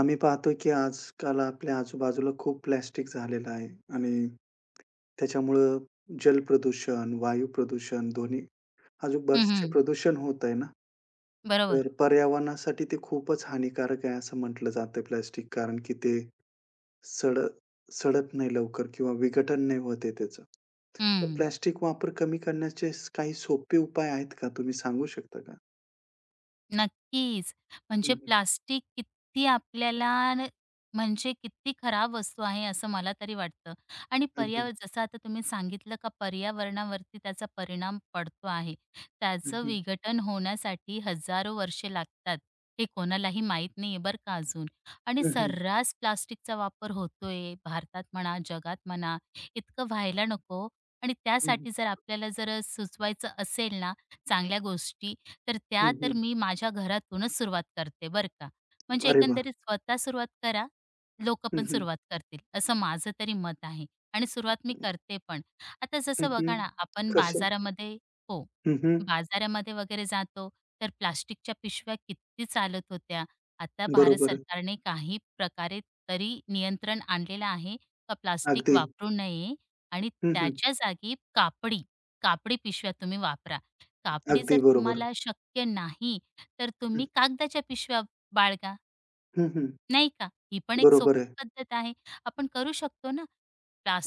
आम्ही पाहतो की आजकाल आपल्या आजूबाजूला खूप प्लास्टिक झालेलं आहे आणि त्याच्यामुळं जल प्रदूषण, वायू प्रदूषण दोन्ही अजून हं, बरेचसे हं. प्रदूषण होत आहे ना, बरोबर. तर पर्यावरणासाठी ते खूपच हानिकारक आहे असं म्हटलं जातं प्लास्टिक. कारण की ते सड सडत नाही लवकर किंवा विघटन नाही होत आहे त्याचं. तर हं. प्लास्टिक वापर कमी करण्याचे काही सोपे उपाय आहेत का? तुम्ही सांगू शकता का? नक्कीच. हं, म्हणजे हं. प्लास्टिक किती आपल्याला म्हणजे किती खराब वस्तू आहे असं मला तरी वाटतं. आणि हं, हं. जसं आता तुम्ही सांगितलं का पर्यावरणावरती त्याचा परिणाम पडतो आहे. हं, त्याचं हं. विघटन होण्यासाठी हजारो वर्षे लागतात. हे कोणालाही माहीत नाहीये बरं का अजून. आणि हं, हं. सर्रास प्लास्टिकचा वापर होतोय भारतात म्हणा, जगात म्हणा. इतकं व्हायला नको आणि हं, त्यासाठी जर आपल्याला जर सुचवायचं असेल ना चांगल्या गोष्टी, तर त्या तर मी माझ्या घरातूनच सुरुवात करते बरं का. म्हणजे अरे वाह! एकंदरीत स्वतः सुरुवात करा, लोकं हं, पण हं. सुरुवात करतील असं माझं तरी मत आहे आणि सुरुवात मी करते पण. आता हं, जसं हं. बघा ना आपण कसं? बाजारामध्ये हो, हं, हं. बाजारामध्ये वगैरे जातो तर प्लास्टिकच्या पिशव्या किती चालत होत्या. आता भारत बरोबर आहे. सरकारने काही प्रकारे तरी नियंत्रण आणलेलं आहे का प्लास्टिक अगदी. वापरू नये आणि हं, हं. त्याच्या जागी कापडी, कापडी पिशव्या तुम्ही वापरा. कापडी अगदी जर बरोबर. तुम्हाला शक्य नाही, तर हं, तुम्ही कागदाच्या पिशव्या बाळगा, हं, हं. नाही का? ही पण एक बरोबर सोपी आहे. पद्धत आहे. आपण करू शकतो ना.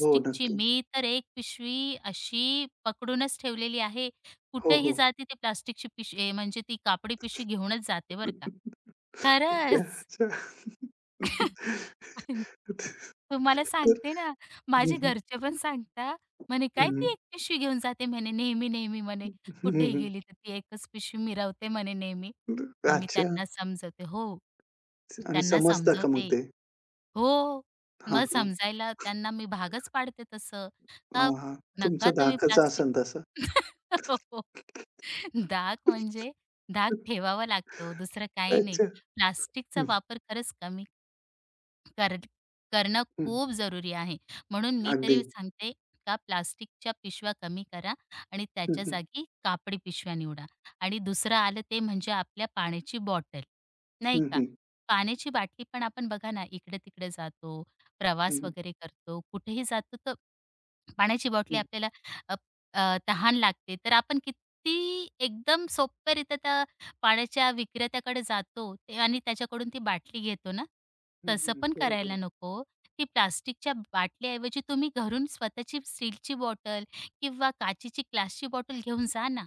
हो, नक्की. मी तर एक पिशवी अशी पकडूनच ठेवलेली आहे. हो, कुठेही हो. जाते ती प्लास्टिकची पिश ए म्हणजे ती कापडी पिशवी घेऊनच जाते बरं का. खरंच. अच्छा, पण अच्छा. तुम्हाला तर सांगते ना, हं, माझे हं. घरचे पण सांगता, म्हणे, हं, "काय हं. ती एक पिशवी घेऊन जाते?" म्हणे, "नेहमी-नेहमी" म्हणे, हं, "कुठेही हं. गेली तर ती एकच पिशवी मिरवते" म्हणे, "नेहमी." मग मी अच्छा त्यांना समजवते हो. आणि त्यांना समजतं का मग समजवते. ते? हो. हां, मग हां. समजायला त्यांना मी भागच पाडते तसं, का हां, हां. तुमचा नका तुम्ही धाकच प्लास्टिक असेल तसा. हो. धाक म्हणजे धाक ठेवावा लागतो, दुसरं काही नाही. अच्छा. प्लास्टिकचा हं, वापर खरंच कमी कर करणं हं. खूप जरुरी आहे. म्हणून मी अगदी. तरी सांगते का प्लास्टिकच्या पिशव्या कमी करा आणि हं, त्याच्या हं. जागी कापडी पिशव्या निवडा. आणि दुसरं आलं ते म्हणजे आपल्या पाण्याची बॉटल, नाही हं, का? हं. पाण्याची बाटली पण आपण बघा ना, इकडे-तिकडे जातो, हं, प्रवास हं. वगैरे करतो, कुठेही जातो तर पाण्याची बाटली आपल्याला अ, तहान लागते, तर आपण किती एकदम सोप्यारीत्या त्या पाण्याच्या विक्रेत्याकडे जातो ते आणि त्याच्याकडून ती बाटली घेतो ना, हं, तसं हं. पण बरोबर करायला आहे. नको. ती प्लास्टिकच्या बाटलीऐवजी तुम्ही घरून स्वतःची स्टीलची बॉटल किंवा काचेची ग्लासची बॉटल घेऊन जा ना.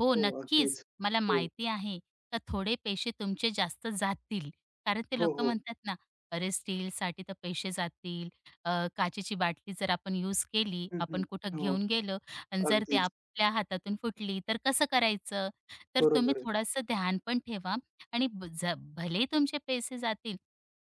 हो, हो, नक्कीच. अगदीच. मला हो. माहिती आहे का थोडे पैसे तुमचे जास्त जातील. कारण ते हो, लोकं हो. म्हणतात ना, "अरे, स्टीलसाठी तर पैसे जातील." काचेची बाटली जर आपण यूज केली, हं, हं. आपण कुठं हो, घेऊन गेलो आणि जर ते अगदीच. आपल्या हातातून फुटली, तर कसं करायचं? तर तुम्ही बरोबर आहे. थोडंसं ध्यान पण ठेवा आणि ब ज भलेही तुमचे पैसे जातील,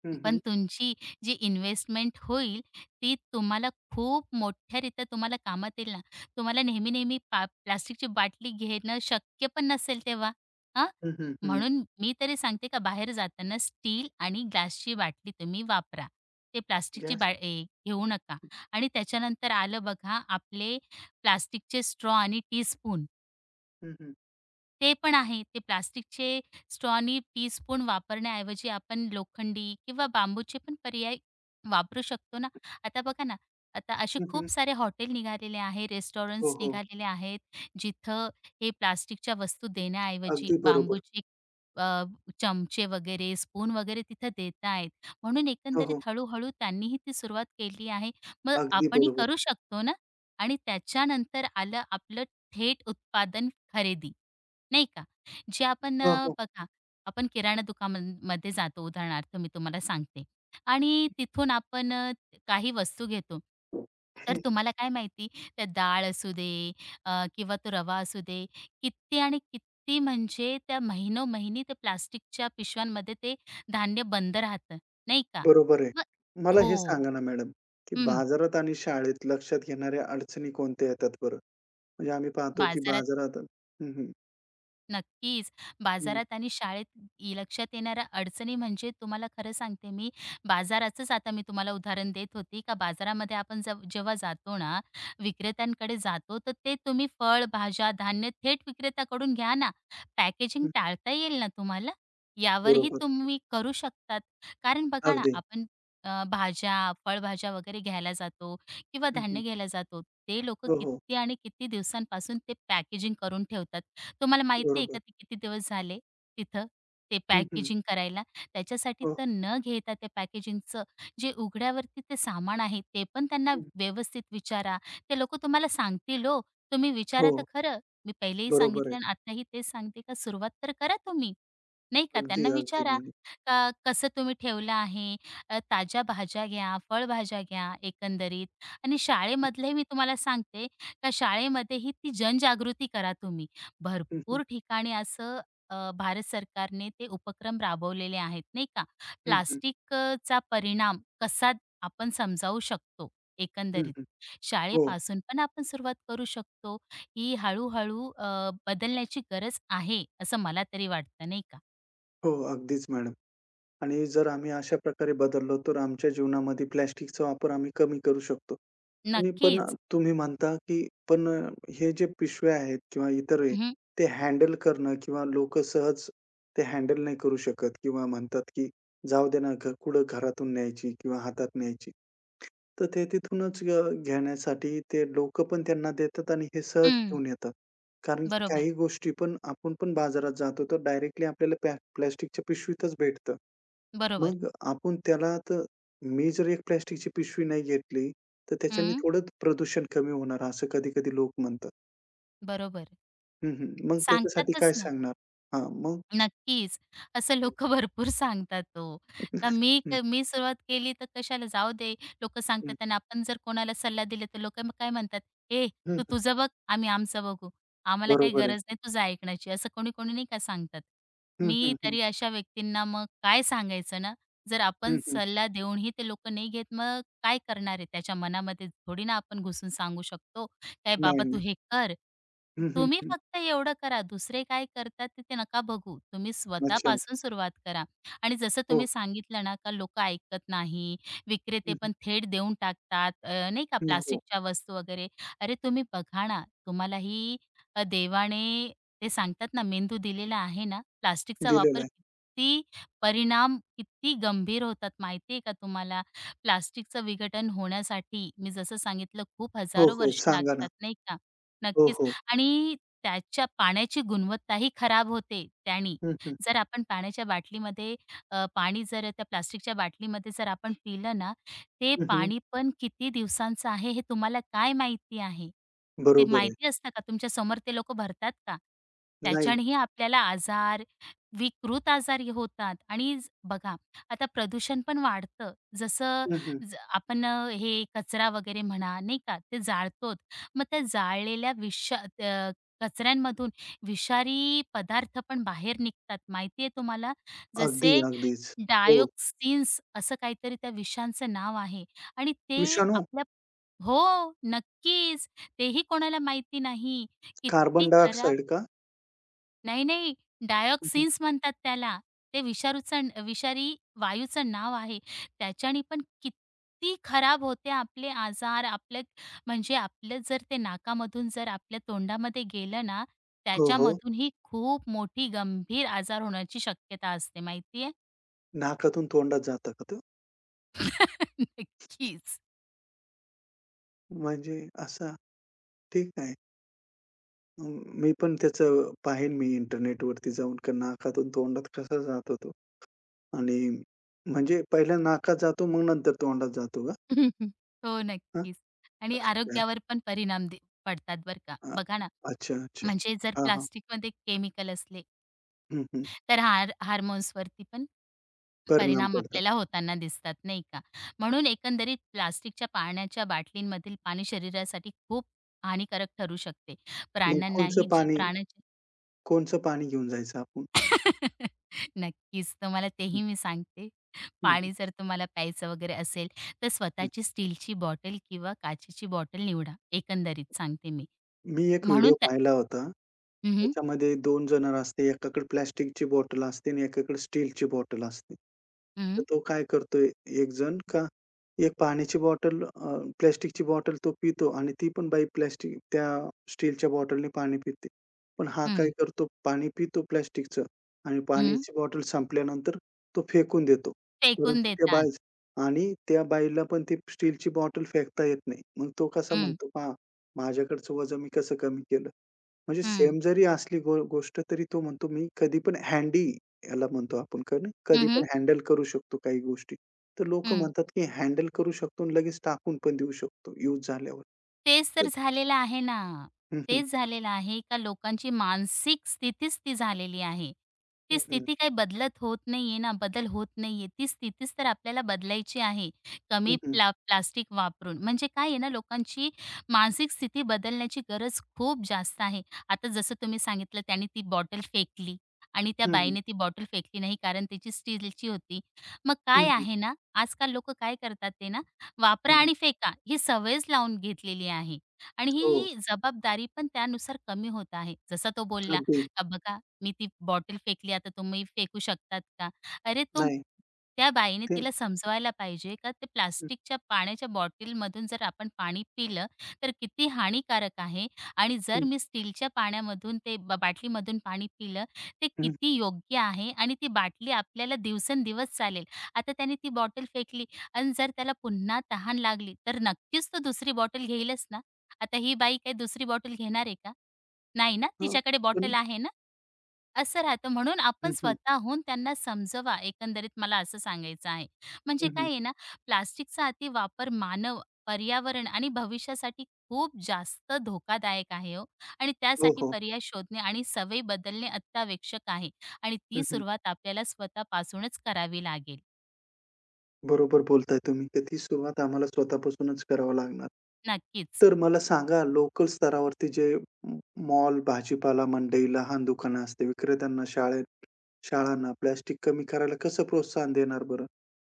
हं, पण हं. तुमची जी इन्व्हेस्टमेंट होईल, ती तुम्हाला खूप मोठ्यारीत्या तुम्हाला कामात येईल ना. तुम्हाला नेहमी-नेहमी प्लास्टिकची बाटली घेणं शक्य पण नसेल तेव्हा. हां, हं, हं, हं. म्हणून मी तरी सांगते का बाहेर जाताना स्टील आणि ग्लासची बाटली तुम्ही वापरा. ते प्लास्टिकची गॅस बा ए घेऊ नका आणि त्याच्यानंतर आलं बघा आपले प्लास्टिकचे स्ट्रॉ आणि टीस्पून. हं, हं. ते पण आहे. ते प्लास्टिकचे स्ट्रॉनी, टीस्पून वापरण्याऐवजी आपण लोखंडी किंवा बांबूचे पण पर्याय वापरू शकतो ना. आता बघा ना, आता असे हं, हं. खूप सारे हॉटेल निघालेले आहे, हो, रेस्टॉरंट्स हो. निघालेले आहेत, जिथं हे प्लास्टिकच्या वस्तू देण्याऐवजी अगदी बरोबर. बांबूचे अ, चमचे वगैरे, स्पून वगैरे तिथं देत आहेत. म्हणून हो, हो. एकंदरीत हळू त्यांनीही ती सुरुवात केली आहे. मग अगदी आपणही बरोबर. करू शकतो ना. आणि त्याच्यानंतर आलं आपलं थेट उत्पादन खरेदी. नाही का? जे आपण हो, हो. बघा, आपण किराणा दुकानामध्ये जातो उदाहरणार्थ मी तुम्हाला सांगते आणि तिथून आपण काही वस्तू घेतो. तर हं. तुम्हाला काय माहिती त्या डाळ असू दे किंवा तो रवा असू दे, किती आणि किती म्हणजे त्या महिनोमहिनी ते प्लास्टिकच्या पिशव्यांमध्ये ते धान्य बंद राहतं, नाही का? बरोबर आहे. मग मला हे हो. सांगा ना मॅडम, की हं. बाजारात आणि शाळेत लक्षात घेणाऱ्या अडचणी कोणत्या येतात बरं? म्हणजे आम्ही पाहतो की बाजारात बाजारात हं, हं. नक्कीच. हं, बाजारात आणि शाळेत लक्षात येणाऱ्या अडचणी म्हणजे तुम्हाला खरं सांगते मी, बाजाराचंच आता मी तुम्हाला उदाहरण देत होती का बाजारामध्ये आपण जेव्हा जातो ना, विक्रेत्यांकडे जातो, तर ते तुम्ही फळ, भाज्या, धान्य थेट विक्रेत्याकडून घ्या ना. पॅकेजिंग हं. टाळता येईल ना तुम्हाला, यावरही बरोबर. तुम्ही करू शकतात. कारण बघा ना, अगदी. आपण भाज्या, फळभाज्या वगैरे घ्यायला जातो किंवा हं, हं. धान्य घ्यायला जातो. ते लोकं हो, हो. किती आणि किती दिवसांपासून ते पॅकेजिंग करून ठेवतात. तुम्हाला माहिती आहे बरोबर. का ते किती दिवस झाले तिथं ते हं, हं. पॅकेजिंग करायला? त्याच्यासाठी हो. तर न घेता त्या पॅकेजिंगचं जे उघड्यावरती ते सामान आहे ते पण त्यांना हं. व्यवस्थित विचारा. ते लोकं तुम्हाला सांगतील हो. तुम्ही हो. विचारा तर खरं. मी पहिलेही बरोबर आहे. सांगितलं आणि आताही तेच सांगते का सुरुवात तर करा तुम्ही, नाही का? अगदी, त्यांना विचारा अगदी. का कसं तुम्ही ठेवलं आहे? ताज्या भाज्या घ्या, फळभाज्या घ्या एकंदरीत आणि हं, हं. शाळेमधलंही मी तुम्हाला सांगते का शाळेमध्येही ती जनजागृती करा तुम्ही. भर भरपूर ठिकाणी असं भारत सरकारने ते उपक्रम राबवलेले आहेत नाही का. हं, हं. प्लास्टिकचा परिणाम कसा आपण समजावू शकतो हं, एकंदरीत. हं. हो. शाळेपासून पण आपण सुरुवात करू शकतो. ही हळू-हळू बदलण्याची गरज आहे असं मला तरी वाटतं नाही का. हो, अगदीच मॅडम. आणि जर आम्ही अशा प्रकारे बदललो, तर आमच्या जीवनामध्ये प्लास्टिकचा वापर आम्ही कमी करू शकतो. आणि पण नक्कीच. तुम्ही म्हणता, की पण हे जे पिशव्या आहेत किंवा इतर आहे, हं, ते हँडल करणं किंवा लोकं सहज ते हँडल नाही करू शकत किंवा म्हणतात, की जाऊ दे ना, कुठं घरातून न्यायची किंवा हातात न्यायची. तर ते तिथूनच घेण्यासाठी ते लोकं पण त्यांना देतात आणि हे सहज हं. घेऊन येतात. कारण की बरोबर, काही गोष्टी पण आपण पण बाजारात जातो तर डायरेक्टली आपल्याला प्लास्टिकच्या पिशवीतच भेटतं. बरोबर. मग आपण त्याला तर मी जर एक प्लास्टिकची पिशवी नाही घेतली, तर त्याच्याने हं, थोडं प्रदूषण कमी होणार असं कधी-कधी लोक म्हणतात. बरोबर. हं, हं. मग त्याच्यासाठी सांगतातच काय ना. सांगणार? हां, मग नक्कीच. असं लोक भरपूर सांगतात तो, हं, का मी मी सुरुवात केली तर कशाला जाऊ दे. लोक हं. सांगतात आणि आपण जर कोणाला सल्ला दिला तर लोकं काय म्हणतात, "ए, हं, तू हं. तुझं बघ, आम्ही आमचं बघू. आम्हाला काही बरोबर आहे. गरज नाही तुझं ऐकण्याची." असं कोणी-कोणी नाही का सांगतात. हं, मी हं, हं. तरी अशा व्यक्तींना मग काय सांगायचं ना. जर आपण हं, हं. सल्ला देऊनही ते लोकं नाही घेत, मग काय करणार आहे? त्याच्या मनामध्ये थोडी ना आपण घुसून सांगू शकतो. "काय नाही, बाबा तू नाही. हे कर." हं, हं, तुम्ही हं. फक्त एवढं करा, दुसरे काय करतात ते ते नका बघू. तुम्ही अच्छा. स्वतःपासून सुरुवात करा आणि जसं हो. तुम्ही सांगितलं ना, का लोकं ऐकत नाही, हं, विक्रेते हं. पण थेट देऊन टाकतात, नाही का हो. प्लास्टिकच्या वस्तू वगैरे. अरे तुम्ही बघा ना, तुम्हालाही देवाने ते सांगतात ना, मेंदू दिलेला आहे ना, प्लास्टिकचा दिलेला वापर आहे. किती परिणाम किती गंभीर होतात माहिती का तुम्हाला? प्लास्टिकचं विघटन होण्यासाठी मी जसं सांगितलं खूप हो, हजारो हो. वर्ष सांगा ना. लागतात नाही का? हो, नक्कीच हो. आणि त्याच्या पाण्याची गुणवत्ताही खराब होते त्यानी. हं, हं. जर आपण पाण्याच्या बाटलीमध्ये पाणी जर त्या प्लास्टिकच्या बाटलीमध्ये जर आपण पिलं ना, ते हं, हं. पाणी पण किती दिवसांचं आहे हे तुम्हाला काय माहिती आहे? ते बरोबर आहे. माहिती असतं का? तुमच्या समोर ते लोकं भरतात का? नाही. त्याच्यानेही आपल्याला आजार, विकृत आजार हे होतात आणि ज- बघा आता प्रदूषण पण वाढतं. जसं हं, हं. आपण हे कचरा वगैरे म्हणा, नाही का, ते जाळतोत. मग त्या जाळलेल्या कचऱ्यांमधून विषारी पदार्थ पण बाहेर निघतात, माहिती तुम्हाला? अगदी, जसे अगदीच. हो. डायऑक्सिन्स असं काहीतरी त्या विषांचं नाव आहे आणि ते विषाणू, आपल्या हो, नक्कीच. तेही कोणाला माहिती नाही. किती कार्बन खरा डायऑक्साईड का? नाही, नाही. हं, हं. डायऑक्सिन्स म्हणतात त्याला. ते विषारी वायूचं नाव आहे. त्याच्याने पण किती खराब होते आपले आजार. आपले म्हणजे आपलं जर ते नाकामधून जर आपल्या तोंडामध्ये गेलं ना, हो, हो. त्याच्यामधूनही खूप मोठी गंभीर आजार होण्याची शक्यता असते माहिती आहे? नाकातून तोंडात जातं का तो? नक्कीच. म्हणजे असा ठीक आहे. अ, मी पण त्याचं पाहेन मी इंटरनेटवरती जाऊन का नाकातून तोंडात कसा जातो तो? आणि म्हणजे पहिला नाकात जातो मग नंतर तोंडात जातो का? हो, हां. नक्कीच. आणि काय? आरोग्यावर पण परिणाम पडतात बरं का. अ, बघा ना, अच्छा, अच्छा. म्हणजे जर हां, हां. प्लास्टिकमध्ये केमिकल असले, हं, हं. तर हार्मोन्सवरती पण परिणाम परिणाम पडतात. आपल्याला होताना दिसतात नाही का? म्हणून एकंदरीत प्लास्टिकच्या पाण्याच्या बाटलींमधील पाणी शरीरासाठी खूप हानिकारक ठरू शकते. मग कोणचं प्राण्यांनाही जी पाणी प्राण्याची कोणचं पाणी घेऊन जायचं आपण? नक्कीच तुम्हाला हं, तेही मी सांगते. हं, पाणी जर तुम्हाला प्यायचं वगैरे असेल, तर हं, स्वतःची स्टीलची बॉटल किंवा काचेची बॉटल निवडा. एकंदरीत सांगते मी. मी एक म्हणून व्हिडिओ त्या पाहिला होता. हं, हं, त्याच्यामध्ये 2 जणं असते. एकाकडे प्लास्टिकची बॉटल असते आणि एकाकडे स्टीलची बॉटल असते. तर हं, तो काय करतोय एक जण का एक पाण्याची बॉटल प्लास्टिकची बॉटल तो पितो आणि ती पण बाई प्लास्टिक त्या स्टीलच्या बॉटलने पाणी पिते. पण हा काय हं, करतो पाणी पितो प्लास्टिकचं आणि पाण्याची बॉटल संपल्यानंतर तो फेकून देतो. फेकून परंतु त्या देतात. बाई आणि त्या बाईला पण ती स्टीलची बॉटल फेकता येत नाही. मग तो कसा हं, म्हणतो, "पहा माझ्याकडचं वजन मी कसं कमी केलं? म्हणजे हं. सेम जरी असली गोष्ट तरी तो म्हणतो मी कधीपण हँडी याला म्हणतो आपण का नाही, हं, कधीपण हं. हँडल करू शकतो काही गोष्टी. तर लोकं म्हणतात, की हँडल करू शकतो आणि लगेच टाकून पण देऊ शकतो यूज झाल्यावर. तेच तर तर झालेलं आहे ना. हं, हं. तेच झालेलं आहे का लोकांची मानसिक स्थितीच ती झालेली आहे. हं, ती हं. स्थिती काही बदलत होत नाहीये ना, बदल होत नाहीये. ती स्थितीच तर आपल्याला बदलायची आहे. हं, कमी हं. प्लास्टिक वापरून. म्हणजे काय आहे ना, लोकांची मानसिक स्थिती बदलण्याची गरज खूप जास्त आहे. आता जसं तुम्ही सांगितलं त्याने ती बॉटल फेकली आणि त्या हं, हं. बाईने ती बॉटल फेकली नाही कारण त्याची स्टीलची होती. मग हं, काय हं. आहे ना, आजकाल लोकं काय करतात ते ना वापरा हं, आणि फेका ही सवयच लावून घेतलेली आहे आणि हो. ही जबाबदारी पण त्यानुसार कमी होत आहे. जसा तो बोलला, अगदी. "का बघा मी ती बॉटल फेकली आता तुम्ही फेकू शकतात का?" अरे तो नाही. त्या बाईने ते तिला समजवायला पाहिजे का ते हं, प्लास्टिकच्या पाण्याच्या बॉटलमधून जर आपण पाणी पिलं तर किती हानिकारक आहे आणि जर हं. मी स्टीलच्या पाण्यामधून ते बाटलीमधून पाणी पिलं ते हं. किती योग्य आहे आणि ती बाटली आपल्याला दिवसेंदिवस चालेल. आता त्याने ती बॉटल फेकली आणि जर त्याला पुन्हा तहान लागली, तर नक्कीच तो दुसरी बॉटल घेईलच ना. आता ही बाई काही दुसरी बॉटल घेणार आहे का? नाही ना, हां. तिच्याकडे पण बॉटल आहे ना, असं राहतं. म्हणून आपण हं, हं. स्वतःहून त्यांना समजवा, एकंदरीत मला असं सांगायचं आहे. म्हणजे हं, हं. काय आहे ना, प्लास्टिकचा अतिवापर मानव, पर्यावरण आणि भविष्यासाठी खूप जास्त धोकादायक आहे हो आणि हो, त्यासाठी हो. पर्याय शोधणे आणि सवयी बदलणे अत्यावश्यक आहे आणि हं, ती हं. सुरुवात आपल्याला स्वतःपासूनच करावी लागेल. बरोबर बोलताय तुम्ही, तर ती सुरुवात आम्हाला स्वतःपासूनच करावं लागणार. नक्कीच, तर मला सांगा लोकल स्तरावरती जे मॉल, भाजीपाला मंडई, लहान दुकानं असते, विक्रेत्यांना शाळेत शाळांना प्लास्टिक कमी करायला कसं प्रोत्साहन देणार बरं?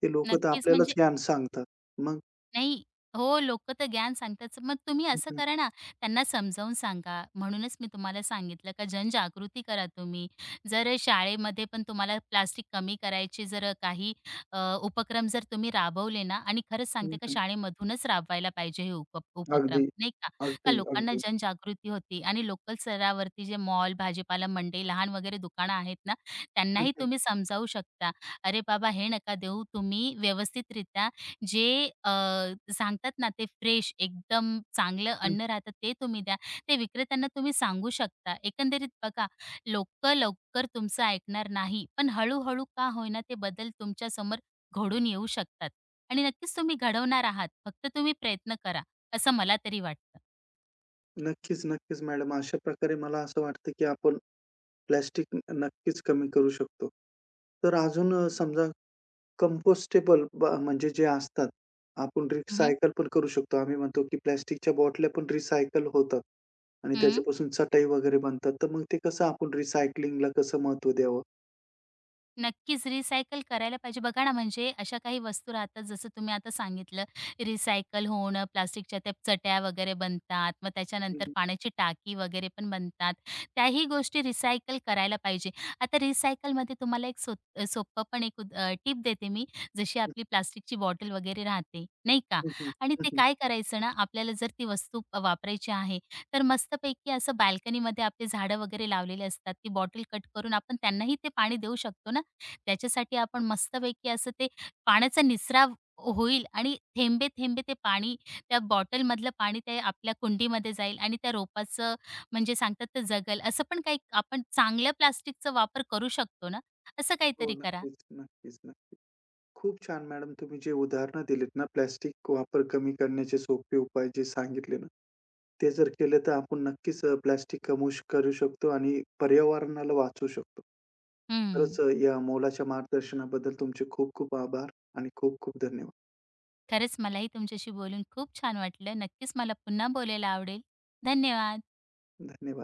ते लोकं तर नक्कीच आपल्यालाच म्हणजे ज्ञान सांगतात. मग नाही. हो, लोकं तर ज्ञान सांगतातच. मग तुम्ही हं, असं हं, करा ना, त्यांना समजावून सांगा. म्हणूनच मी तुम्हाला सांगितलं का जनजागृती करा तुम्ही. जर शाळेमध्ये पण तुम्हाला प्लास्टिक कमी करायचे जर काही उपक्रम जर तुम्ही राबवले ना आणि खरंच सांगते का हं, शाळेमधूनच राबवायला पाहिजे हे उपक्रम, अगदी, नाही का? का अगदी, लोकांना अगदी. जनजागृती होती आणि लोकल स्तरावरती जे मॉल, भाजीपाला मंडई, लहान वगैरे दुकानं आहेत ना, हं, त्यांनाही हं, तुम्ही समजावू शकता. "अरे बाबा, हे नका देऊ. तुम्ही व्यवस्थितरित्या जे अ, सांगतात ना ते फ्रेश एकदम चांगलं हं. अन्न राहतं ते तुम्ही द्या. ते विक्रेत्यांना तुम्ही सांगू शकता. एकंदरीत बघा लोकं लवकर तुमचं ऐकणार नाही, पण हळू-हळू का होईना ते बदल तुमच्यासमोर घडून येऊ शकतात आणि नक्कीच तुम्ही घडवणार आहात. फक्त तुम्ही प्रयत्न करा, असं मला तरी वाटतं. नक्कीच, नक्कीच मॅडम. अशा प्रकारे मला असं वाटतं, की आपण प्लास्टिक नक्कीच कमी करू शकतो. तर अजून समजा कंपोस्टेबल म्हणजे जे असतात, आपण हं, हं. रिसायकल पण करू शकतो. आम्ही म्हणतो, की प्लास्टिकच्या बाटल्या पण रिसायकल होतात आणि त्याच्यापासून चटई वगैरे बनतात. तर मग ते कसं आपण रिसायकलिंगला कसं महत्त्व द्यावं? नक्कीच रिसायकल करायला पाहिजे. बघा ना, म्हणजे अशा काही वस्तू राहतात जसं तुम्ही आता सांगितलं रिसायकल होणं, प्लास्टिकच्या त्या चट्या वगैरे बनतात. मग हं, त्याच्यानंतर हं. पाण्याची टाकी वगैरे पण बनतात. त्याही गोष्टी रिसायकल करायला पाहिजे. आता रिसायकलमध्ये तुम्हाला एक सोपं पण एक टिप देते मी. जशी आपली प्लास्टिकची बॉटल वगैरे राहते, नाही का? हं, हं. आणि ते हं, काय करायचं ना, आपल्याला जर ती वस्तू वापरायची आहे, तर मस्तपैकी असं बाल्कनीमध्ये आपली झाडं वगैरे लावलेली असतात. ती बॉटल कट करून आपण त्यांनाही ते पाणी देऊ शकतो ना. त्याच्यासाठी आपण मस्तपैकी असं ते पाण्याचा निचरा होईल आणि थेंबे थेंबे ते पाणी त्या बॉटलमधलं पाणी ते आपल्या कुंडीमध्ये जाईल आणि त्या रोपाचं म्हणजे सांगतात ते जगल. असं पण काही आपण चांगल्या प्लास्टिकचा वापर करू शकतो ना, असं हो, काहीतरी करा. नक्कीच, नक्कीच, नक्कीच. खूप छान मॅडम तुम्ही जे उदाहरणं दिलीत ना, प्लास्टिक वापर कमी करण्याचे सोपे उपाय जे सांगितले ना, ते जर केले तर आपण नक्कीच कमी करू शकतो आणि पर्यावरणाला वाचवू शकतो. हं. खरंच या मोलाच्या मार्गदर्शनाबद्दल तुमचे खूप खूप आभार आणि खूप खूप धन्यवाद. खरंच मलाही तुमच्याशी बोलून खूप छान वाटलं. नक्कीच मला पुन्हा बोलायला आवडेल. धन्यवाद. धन्यवाद.